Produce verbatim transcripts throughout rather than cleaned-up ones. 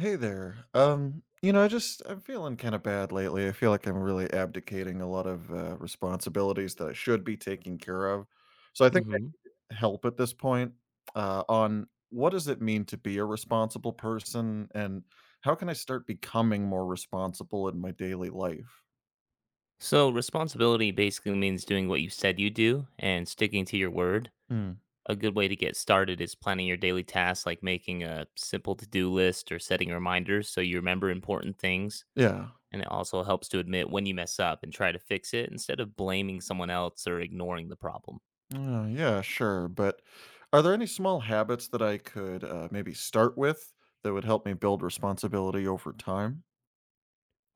Hey there. Um, you know, I just I'm feeling kind of bad lately. I feel like I'm really abdicating a lot of uh, responsibilities that I should be taking care of. So I think I Hmm. can help at this point uh, on what does it mean to be a responsible person, and how can I start becoming more responsible in my daily life? So, responsibility basically means doing what you said you do and sticking to your word. Hmm. A good way to get started is planning your daily tasks, like making a simple to do list or setting reminders so you remember important things. Yeah. And it also helps to admit when you mess up and try to fix it instead of blaming someone else or ignoring the problem. Uh, yeah, sure. But are there any small habits that I could uh, maybe start with that would help me build responsibility over time?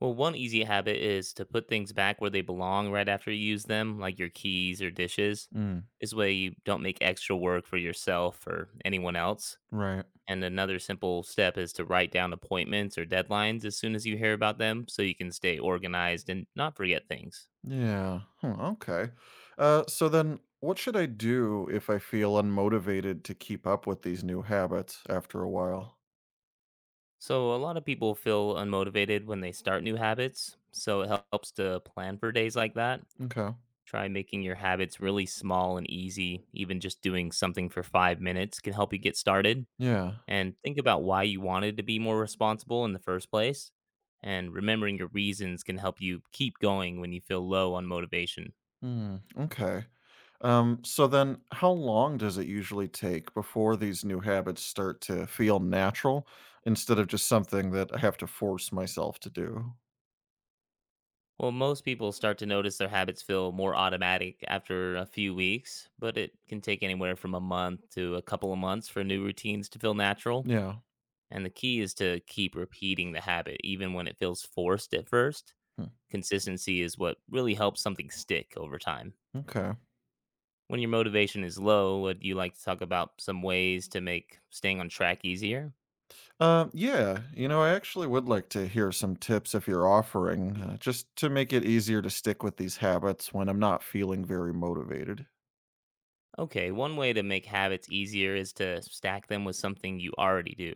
Well, one easy habit is to put things back where they belong right after you use them, like your keys or dishes. Mm, This way, you don't make extra work for yourself or anyone else. right. And another simple step is to write down appointments or deadlines as soon as you hear about them so you can stay organized and not forget things. Yeah. Hmm, okay. Uh, so then, what should I do if I feel unmotivated to keep up with these new habits after a while? So, a lot of people feel unmotivated when they start new habits. So, it helps to plan for days like that. Okay. Try making your habits really small and easy. Even just doing something for five minutes can help you get started. Yeah. And think about why you wanted to be more responsible in the first place. And remembering your reasons can help you keep going when you feel low on motivation. Hmm. Okay. Um, so then, how long does it usually take before these new habits start to feel natural instead of just something that I have to force myself to do? Well, most people start to notice their habits feel more automatic after a few weeks, but it can take anywhere from a month to a couple of months for new routines to feel natural. Yeah. And the key is to keep repeating the habit, even when it feels forced at first. Hmm, Consistency is what really helps something stick over time. okay. When your motivation is low, would you like to talk about some ways to make staying on track easier? Uh yeah, you know, I actually would like to hear some tips if you're offering, uh, just to make it easier to stick with these habits when I'm not feeling very motivated. Okay, one way to make habits easier is to stack them with something you already do,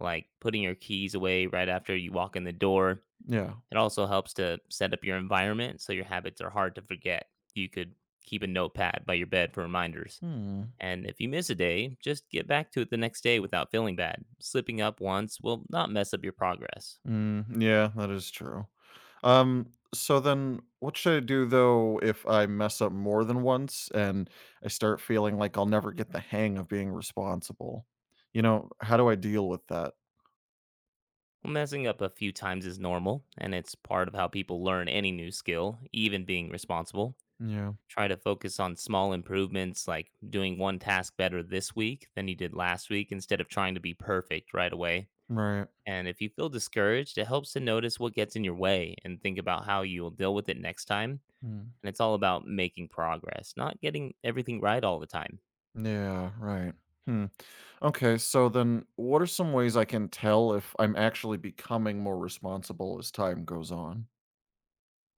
like putting your keys away right after you walk in the door. Yeah. It also helps to set up your environment so your habits are hard to forget. You could keep a notepad by your bed for reminders. Hmm. And if you miss a day, just get back to it the next day without feeling bad. Slipping up once will not mess up your progress. Mm, yeah, that is true. Um, so then what should I do though if I mess up more than once and I start feeling like I'll never get the hang of being responsible? You know, how do I deal with that? Messing up a few times is normal, and it's part of how people learn any new skill, even being responsible. Yeah. Try to focus on small improvements, like doing one task better this week than you did last week, instead of trying to be perfect right away. Right. And if you feel discouraged, it helps to notice what gets in your way and think about how you will deal with it next time. Hmm. And it's all about making progress, not getting everything right all the time. Yeah, right. Hmm. Okay, so then what are some ways I can tell if I'm actually becoming more responsible as time goes on?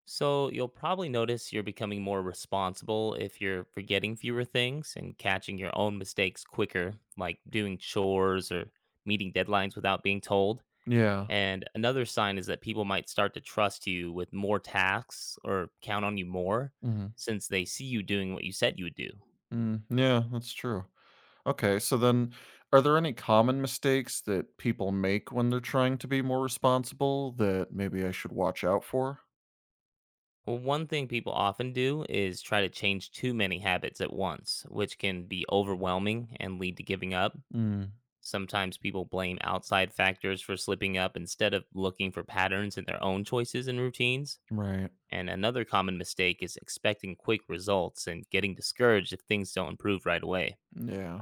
So you'll probably notice you're becoming more responsible if you're forgetting fewer things and catching your own mistakes quicker, like doing chores or meeting deadlines without being told. Yeah. And another sign is that people might start to trust you with more tasks or count on you more, Hmm. since they see you doing what you said you would do. Mm, yeah, that's true. Okay, so then are there any common mistakes that people make when they're trying to be more responsible that maybe I should watch out for? Well, one thing people often do is try to change too many habits at once, which can be overwhelming and lead to giving up. Mm, Sometimes people blame outside factors for slipping up instead of looking for patterns in their own choices and routines. right. And another common mistake is expecting quick results and getting discouraged if things don't improve right away. Yeah.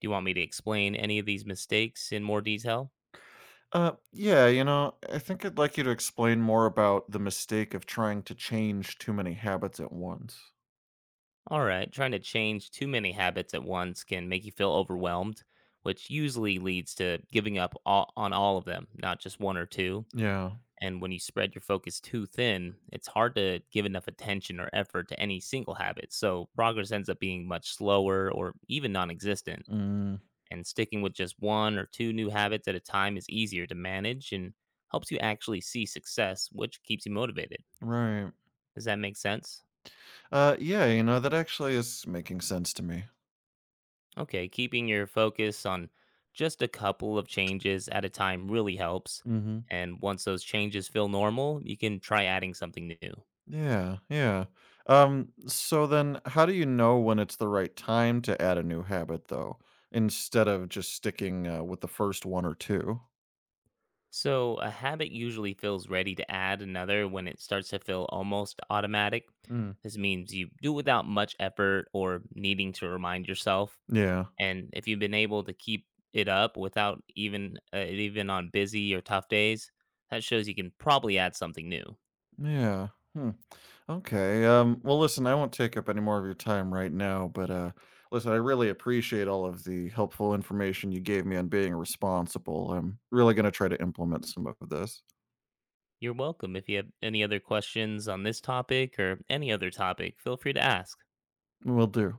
Do you want me to explain any of these mistakes in more detail? Uh, yeah, you know, I think I'd like you to explain more about the mistake of trying to change too many habits at once. All right, trying to change too many habits at once can make you feel overwhelmed, which usually leads to giving up all, on all of them, not just one or two. Yeah. And when you spread your focus too thin, it's hard to give enough attention or effort to any single habit. So progress ends up being much slower or even non existent. Mm, And sticking with just one or two new habits at a time is easier to manage and helps you actually see success, which keeps you motivated. right. Does that make sense? Uh, yeah, you know, that actually is making sense to me. Okay, keeping your focus on just a couple of changes at a time really helps. Hmm. And once those changes feel normal, you can try adding something new. Yeah, yeah. Um, so then how do you know when it's the right time to add a new habit though, instead of just sticking uh, with the first one or two? So, a habit usually feels ready to add another when it starts to feel almost automatic. Mm. This means you do without much effort or needing to remind yourself. Yeah. And if you've been able to keep it up without even uh, even on busy or tough days, that shows you can probably add something new. Yeah. Hmm. Okay. Um, well, listen, I won't take up any more of your time right now, but uh, listen, I really appreciate all of the helpful information you gave me on being responsible. I'm really going to try to implement some of this. You're welcome. If you have any other questions on this topic or any other topic, feel free to ask. Will do.